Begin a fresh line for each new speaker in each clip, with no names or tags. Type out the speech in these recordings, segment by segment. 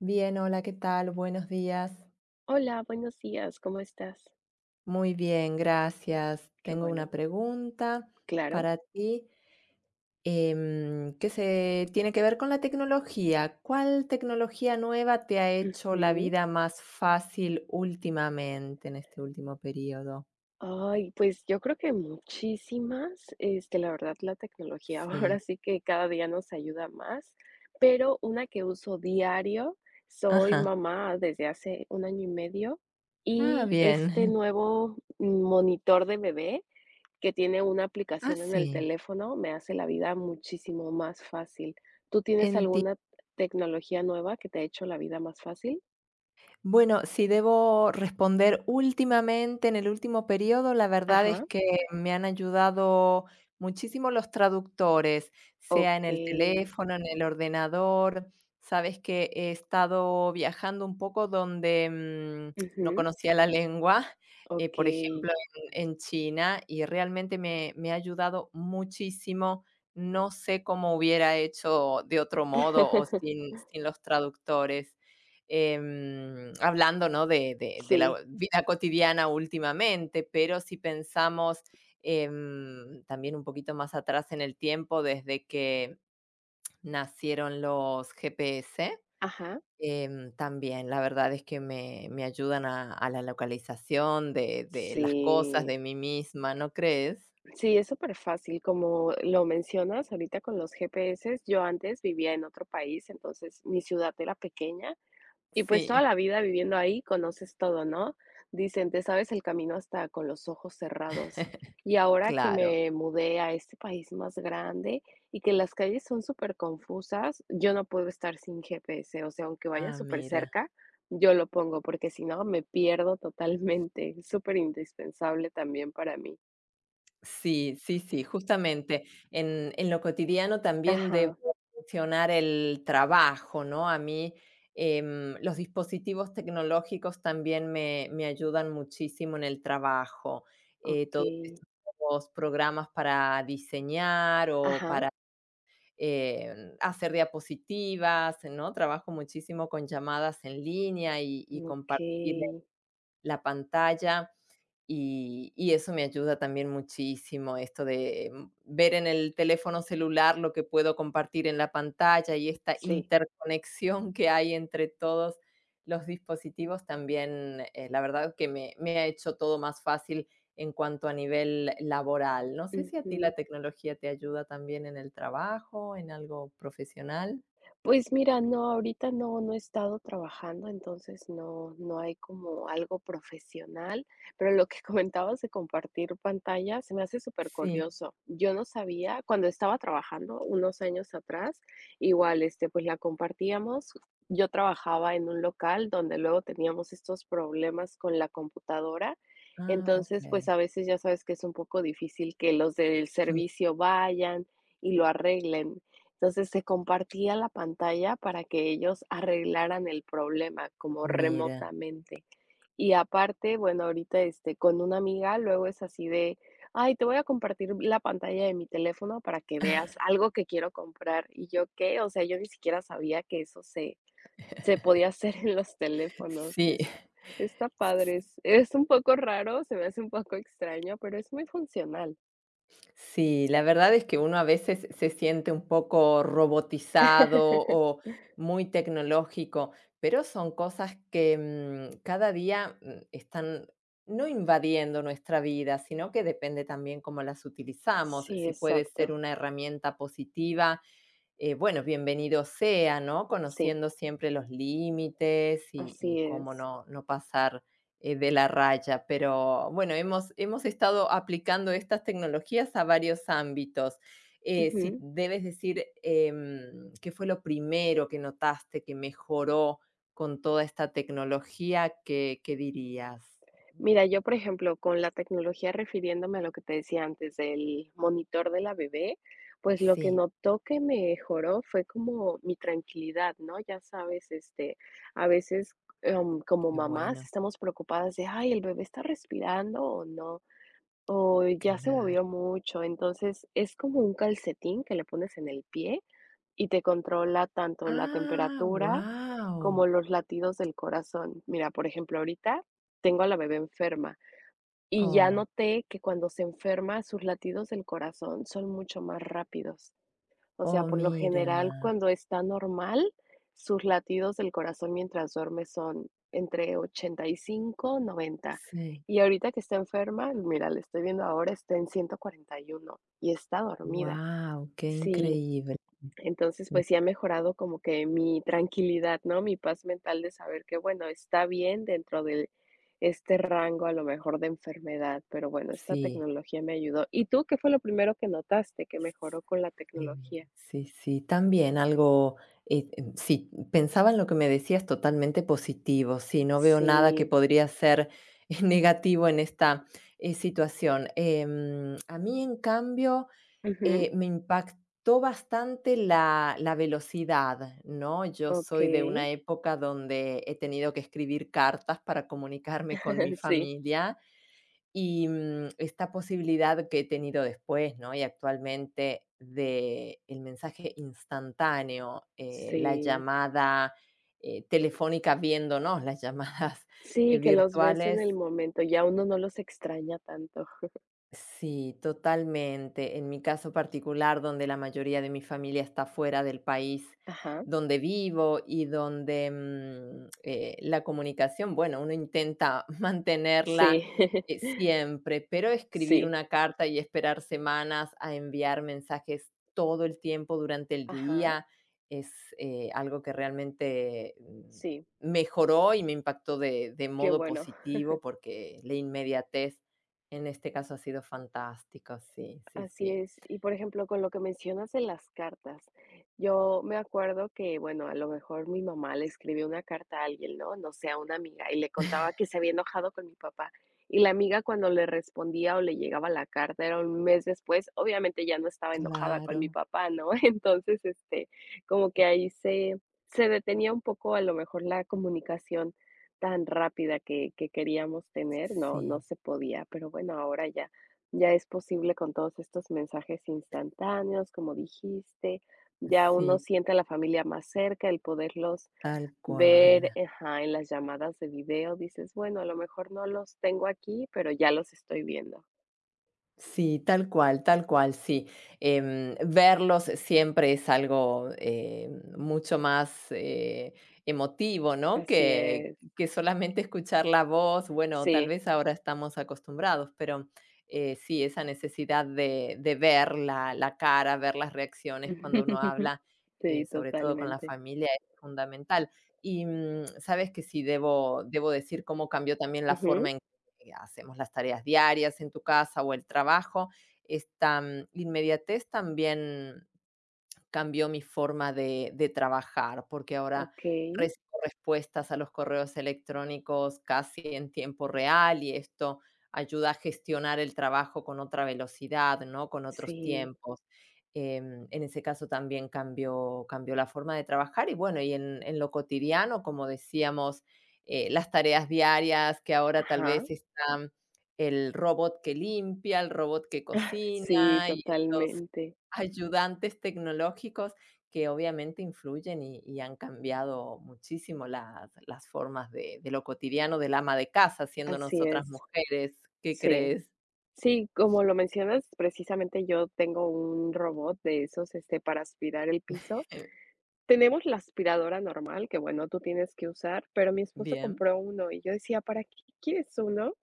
Bien, hola, ¿qué tal? Buenos días.
Hola, buenos días, ¿cómo estás?
Muy bien, gracias.
Qué
Tengo
bueno,
una pregunta
claro.
para ti, que se tiene que ver con la tecnología. ¿Cuál tecnología nueva te ha hecho la
Ujú.
vida más fácil últimamente, en este último periodo?
Ay, pues yo creo que muchísimas, este, la verdad, la tecnología ahora
Sí.
sí que cada día nos ayuda más, pero una que uso diario, soy
Ajá.
mamá desde hace un año y medio
Ah,
y
bien.
este nuevo monitor de bebé que tiene una
Ah,
aplicación en el
sí.
teléfono me hace la vida muchísimo más fácil. ¿Tú tienes alguna tecnología nueva que te ha hecho la vida más fácil?
Bueno, si debo responder últimamente, en el último periodo, la verdad es
Ajá,
que me han ayudado muchísimo los traductores, sea en el
okey.
teléfono, en el ordenador. Sabes que he estado viajando un poco donde no
Ujú,
conocía la lengua, por
okey.
ejemplo, en China, y realmente me ha ayudado muchísimo. No sé cómo hubiera hecho de otro modo o sin los traductores hablando, ¿no? De la
Sí,
vida cotidiana últimamente, pero si pensamos también un poquito más atrás en el tiempo, desde que nacieron los GPS,
ajá,
también la verdad es que me ayudan a la localización de las cosas,
sí.
de mí misma, ¿no crees?
Sí, es súper fácil como lo mencionas ahorita con los GPSs. Yo antes vivía en otro país, entonces mi ciudad era pequeña. Y pues toda
Sí,
la vida viviendo ahí conoces todo, ¿no? Dicen, te sabes el camino hasta con los ojos cerrados. Y ahora que
claro.
me mudé a este país más grande y que las calles son superconfusas, yo no puedo estar sin GPS, o sea, aunque vaya
Ah, mira.
supercerca, yo lo pongo, porque si no me pierdo totalmente. Es súper indispensable también para mí.
Sí, sí, sí, justamente. En lo cotidiano también debo
Ajá,
mencionar el trabajo, ¿no? A mí los dispositivos tecnológicos también me ayudan muchísimo en el trabajo. Todos
okey.
estos nuevos programas para diseñar o
Ajá,
para hacer diapositivas, ¿no? Trabajo muchísimo con llamadas en línea y compartir
okey.
la pantalla y eso me ayuda también muchísimo, esto de ver en el teléfono celular lo que puedo compartir en la pantalla y esta
Sí,
interconexión que hay entre todos los dispositivos también, la verdad que me ha hecho todo más fácil en cuanto a nivel laboral. No sé si a ti la
ujú.
tecnología te ayuda también en el trabajo, en algo profesional.
Pues mira, no, ahorita no, no he estado trabajando, entonces no, no hay como algo profesional, pero lo que comentabas de compartir pantalla se me hace súper
Sí.
curioso. Yo no sabía, cuando estaba trabajando unos años atrás, igual, este, pues la compartíamos. Yo trabajaba en un local donde luego teníamos estos problemas con la computadora.
Ah, ok.
Entonces, pues a veces ya sabes que es un poco difícil que los del
Sí.
servicio vayan y lo arreglen. Entonces se compartía la pantalla para que ellos arreglaran el problema como
Mira.
remotamente. Y aparte, bueno, ahorita, este, con una amiga luego es así de, ay, te voy a compartir la pantalla de mi teléfono para que veas algo que quiero comprar. Y yo, ¿qué? O sea, yo ni siquiera sabía que eso se podía hacer en los teléfonos.
Sí.
Es está padre, es un poco raro, se me hace un poco extraño, pero es muy funcional.
Sí, la verdad es que uno a veces se siente un poco robotizado o muy tecnológico, pero son cosas que cada día están no invadiendo nuestra vida, sino que depende también cómo las utilizamos,
Sí,
si puede ser
exacto.
una herramienta positiva, bueno, bienvenido sea, ¿no?
Sí,
Conociendo siempre los límites y
así
cómo
es.
no pasar de la raya. Pero bueno, hemos estado aplicando estas tecnologías a varios ámbitos. Si
Ujú.
debes decir qué fue lo primero que notaste que mejoró con toda esta tecnología, ¿qué dirías?
Mira, yo, por ejemplo, con la tecnología, refiriéndome a lo que te decía antes del monitor de la bebé, pues, lo que
Sí,
notó que mejoró fue como mi tranquilidad, ¿no? Ya sabes, este, a veces, como
qué
mamás
bueno,
estamos preocupadas de: "Ay, ¿el bebé está respirando o no? O ya se movió
claro.
mucho". Entonces, es como un calcetín que le pones en el pie y te controla tanto la
Ah,
temperatura
wow.
como los latidos del corazón. Mira, por ejemplo, ahorita tengo a la bebé enferma. Y ya
Oh,
noté que cuando se enferma, sus latidos del corazón son mucho más rápidos. O sea,
oh,
por lo
mira.
general, cuando está normal, sus latidos del corazón mientras duerme son entre 85-90.
Sí,
Y ahorita que está enferma, mira, le estoy viendo ahora, está en 141 y está dormida.
wow, qué
Sí,
increíble.
entonces,
Mm,
pues sí ha mejorado como que mi tranquilidad, ¿no? Mi paz mental de saber que, bueno, está bien dentro de este rango a lo mejor de enfermedad, pero bueno, esta
sí,
tecnología me ayudó. ¿Y tú qué fue lo primero que notaste que mejoró con la
sí,
tecnología?
sí, sí, también algo, sí, pensaba en lo que me decías, totalmente positivo, sí, no veo nada que
Sí.
podría ser negativo en esta, situación. A mí, en cambio,
Ujú.
me impactó bastante la velocidad, ¿no? Yo soy de
Okey.
una época donde he tenido que escribir cartas para comunicarme con mi
Sí,
familia y, esta posibilidad que he tenido después, ¿no? Y actualmente de el mensaje instantáneo, la
sí.
llamada telefónica viéndonos, las llamadas
Sí, que los ves en
virtuales.
el momento, ya uno no los extraña tanto.
Sí, totalmente. En mi caso particular, donde la mayoría de mi familia está fuera del país
Ajá.
donde vivo y donde la comunicación, bueno, uno intenta mantenerla
Sí,
siempre, pero escribir
sí.
una carta y esperar semanas a enviar mensajes todo el tiempo durante el
Ajá,
día es algo que realmente
sí,
mejoró y me impactó de
qué
modo
bueno.
positivo porque la inmediatez en este caso ha sido fantástico, sí, sí,
Así
sí.
es. Y por ejemplo, con lo que mencionas de las cartas, yo me acuerdo que, bueno, a lo mejor mi mamá le escribió una carta a alguien, ¿no? No sé, a una amiga, y le contaba que se había enojado con mi papá. Y la amiga cuando le respondía o le llegaba la carta, era un mes después, obviamente ya no estaba enojada con mi
Claro.
papá, ¿no? Entonces, este, como que ahí se detenía un poco a lo mejor la comunicación tan rápida que queríamos tener, no, no
Sí,
se podía, pero bueno, ahora ya. Ya es posible con todos estos mensajes instantáneos, como dijiste, ya uno
sí,
siente a la familia más cerca, el poderlos
tal
ver,
cual.
ajá, en las llamadas de video, dices, bueno, a lo mejor no los tengo aquí, pero ya los estoy viendo.
Sí, tal cual, sí. Verlos siempre es algo mucho más emotivo, ¿no?
Así
Que,
es,
que solamente escuchar la voz. Bueno, tal
sí.
vez ahora estamos acostumbrados, pero sí, esa necesidad de ver la cara, ver las reacciones cuando uno habla,
Sí,
sobre todo con la
totalmente.
familia, es fundamental. Y sabes que sí, debo decir cómo cambió también la forma
Ujú,
en hacemos las tareas diarias en tu casa o el trabajo. Esta inmediatez también cambió mi forma de trabajar, porque ahora
okey.
recibo respuestas a los correos electrónicos casi en tiempo real y esto ayuda a gestionar el trabajo con otra velocidad, ¿no? Con otros
Sí,
tiempos. En ese caso también cambió la forma de trabajar y bueno, y en lo cotidiano, como decíamos, las tareas diarias que ahora tal
ajá.
vez están el robot que limpia, el robot que
Sí,
cocina,
totalmente.
ayudantes tecnológicos que obviamente influyen y han cambiado muchísimo las formas de lo cotidiano del ama de casa, siendo
Así
nosotras
es.
mujeres. ¿Qué
Sí,
crees?
sí, como lo mencionas, precisamente yo tengo un robot de esos, este, para aspirar el piso. Tenemos la aspiradora normal que, bueno, tú tienes que usar, pero mi esposo
Bien.
compró uno y yo decía, ¿para qué quieres uno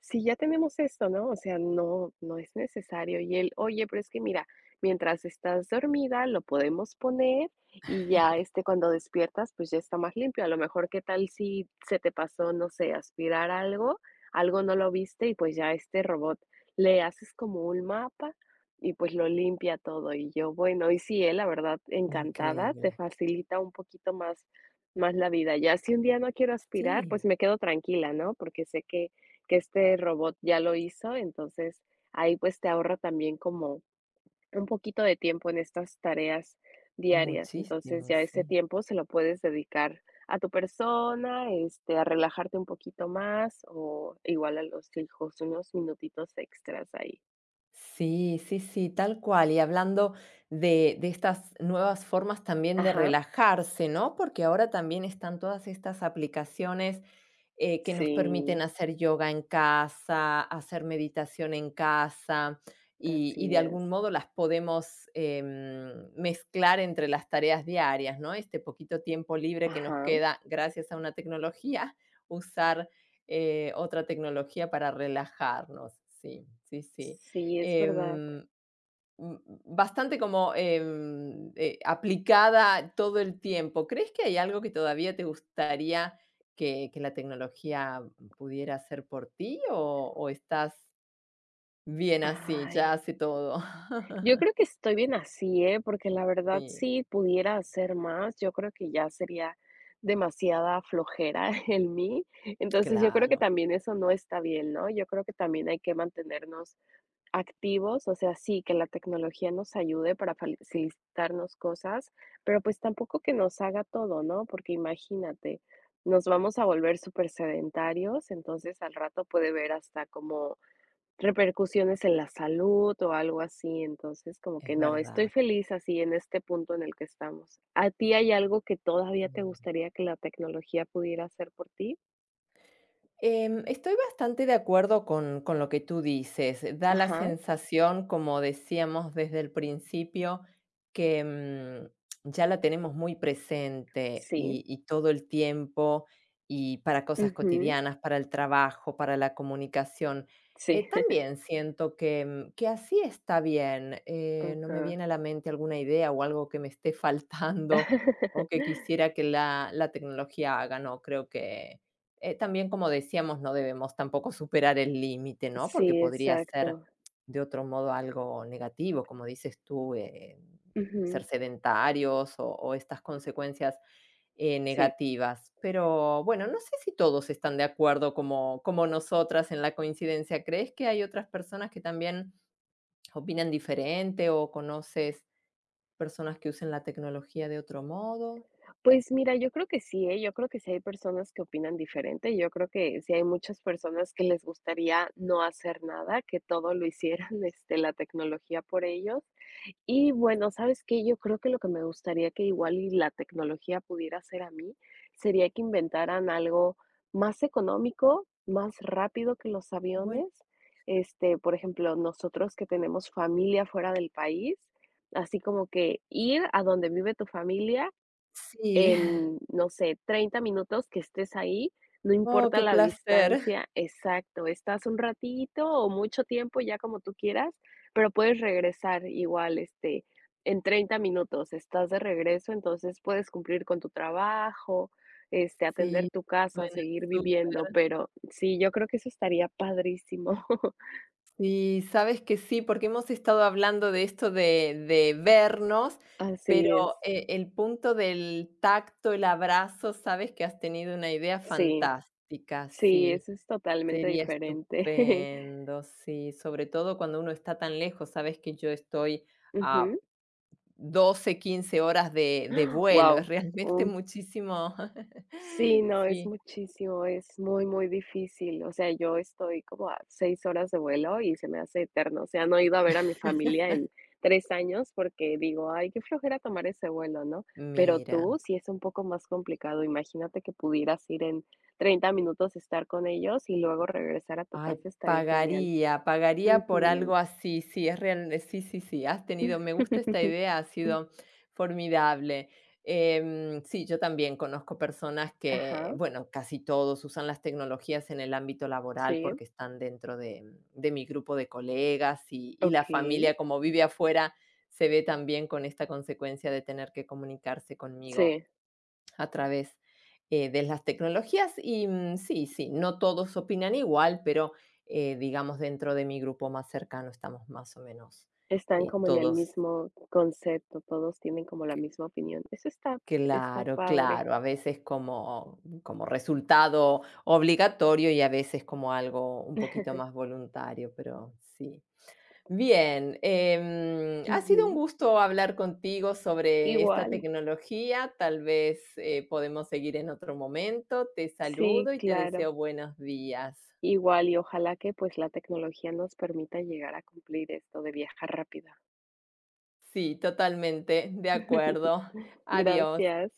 si ya tenemos esto, ¿no? O sea, no, no es necesario. Y él, oye, pero es que mira, mientras estás dormida lo podemos poner y ya este, cuando despiertas, pues ya está más limpio. A lo mejor, ¿qué tal si se te pasó, no sé, aspirar algo, algo no lo viste y pues ya este robot le haces como un mapa y pues lo limpia todo. Y yo, bueno, y sí, él, la verdad, encantada, te
Increíble.
facilita un poquito más la vida. Ya si un día no quiero aspirar,
Sí,
pues me quedo tranquila, ¿no? Porque sé que este robot ya lo hizo, entonces ahí, pues, te ahorra también como un poquito de tiempo en estas tareas diarias. Entonces,
muchísimo,
ya ese
sí.
tiempo se lo puedes dedicar a tu persona, este, a relajarte un poquito más, o igual a los hijos, unos minutitos extras ahí.
Sí, sí, sí, tal cual. Y hablando de estas nuevas formas también de
Ajá.
relajarse, ¿no? Porque ahora también están todas estas aplicaciones que nos permiten
Sí,
hacer yoga en casa, hacer meditación en casa y
así
de
es.
algún modo las podemos mezclar entre las tareas diarias, ¿no? Este poquito tiempo libre que nos
Ajá.
queda gracias a una tecnología, usar otra tecnología para relajarnos. Sí, sí, sí.
Sí, es verdad.
Em, mm, bastante como, aplicada todo el tiempo. ¿Crees que hay algo que todavía te gustaría que la tecnología pudiera hacer por ti o estás bien así, ya
Ay.
hace todo?
Yo creo que estoy bien así, ¿eh? Porque la verdad,
Sí,
si pudiera hacer más, yo creo que ya sería demasiada flojera en mí. Entonces, yo creo que
claro,
también eso no está bien, ¿no? Yo creo que también hay que mantenernos activos, o sea, sí, que la tecnología nos ayude para facilitarnos cosas, pero pues tampoco que nos haga todo, ¿no? Porque imagínate, nos vamos a volver súper sedentarios, entonces al rato puede ver hasta como repercusiones en la salud o algo así, entonces como
es
que no, estoy
verdad.
feliz así en este punto en el que estamos. ¿A ti hay algo que todavía te
Mm.
gustaría que la tecnología pudiera hacer por ti?
Estoy bastante de acuerdo con lo que tú dices. Da la
Ajá,
sensación, como decíamos desde el principio, que, ya la tenemos muy presente
sí.
y todo el tiempo, y para cosas
Ujú,
cotidianas, para el trabajo, para la comunicación.
sí.
También siento que así está bien, no me
Ajá.
viene a la mente alguna idea o algo que me esté faltando o que quisiera que la tecnología haga, no, creo que también, como decíamos, no debemos tampoco superar el límite, ¿no? Porque
Sí,
podría ser
exacto.
de otro modo algo negativo, como dices tú,
Ujú,
ser sedentarios o estas consecuencias
sí.
negativas. Pero bueno, no sé si todos están de acuerdo como, como nosotras en la coincidencia. ¿Crees que hay otras personas que también opinan diferente o conoces personas que usen la tecnología de otro modo?
Pues mira, yo creo que sí, ¿eh? Yo creo que sí hay personas que opinan diferente. Yo creo que sí hay muchas personas que les gustaría no hacer nada, que todo lo hicieran, este, la tecnología por ellos. Y bueno, ¿sabes qué? Yo creo que lo que me gustaría que igual y la tecnología pudiera hacer a mí, sería que inventaran algo más económico, más rápido que los
Bueno,
aviones. Este, por ejemplo, nosotros que tenemos familia fuera del país, así como que ir a donde vive tu familia
sí.
en, no sé, 30 minutos que estés ahí, no
Oh,
importa
qué
la
placer.
distancia, exacto, estás un ratito o mucho tiempo, ya como tú quieras, pero puedes regresar igual, este, en 30 minutos estás de regreso, entonces puedes cumplir con tu trabajo, este, atender
Sí,
tu casa,
suena
seguir viviendo,
súper.
pero sí, yo creo que eso estaría padrísimo.
Sí, sabes que sí, porque hemos estado hablando de esto de vernos, pero,
Así es,
el punto del tacto, el abrazo, sabes que has tenido una idea
sí,
fantástica,
sí,
sí.
eso es totalmente
Sería
diferente.
estupendo, sí, sobre todo cuando uno está tan lejos, sabes que yo estoy
Ujú.
a 12-15 horas de vuelo, es
Guau.
realmente muchísimo.
Sí, no, es
Sí,
muchísimo, es muy, muy difícil. O sea, yo estoy como a 6 horas de vuelo y se me hace eterno. O sea, no he ido a ver a mi familia en 3 años porque digo: "Ay, qué flojera tomar ese vuelo", ¿no? Pero
mira.
tú sí es un poco más complicado. Imagínate que pudieras ir en 30 minutos, estar con ellos y luego regresar a tu
Ay,
casa, estaría genial.
pagaría, pagaría por
Ujú.
algo así, sí, es real, sí, sí, sí, has tenido, me gusta esta idea, ha sido formidable. Sí, yo también conozco personas que,
Ajá,
bueno, casi todos usan las tecnologías en el ámbito laboral
sí,
porque están dentro de, de mi grupo de colegas y la
okey,
familia, como vive afuera, se ve también con esta consecuencia de tener que comunicarse conmigo
sí.
a través de las tecnologías. Y sí, sí, no todos opinan igual, pero digamos dentro de mi grupo más cercano estamos más o menos
Están como en el
todos.
mismo concepto, todos tienen como la misma opinión. Eso está
Claro,
padre.
claro, a veces como como resultado obligatorio y a veces como algo un poquito más voluntario, pero sí. Bien, ha sido un
Ujú.
gusto hablar contigo sobre esta
Igual,
tecnología, tal vez, podemos seguir en otro momento. Te
sí,
saludo y te
claro.
deseo buenos días.
Igual, y ojalá que, pues, la tecnología nos permita llegar a cumplir esto de viajar rápido.
Sí, totalmente, de acuerdo. Adiós.
Gracias.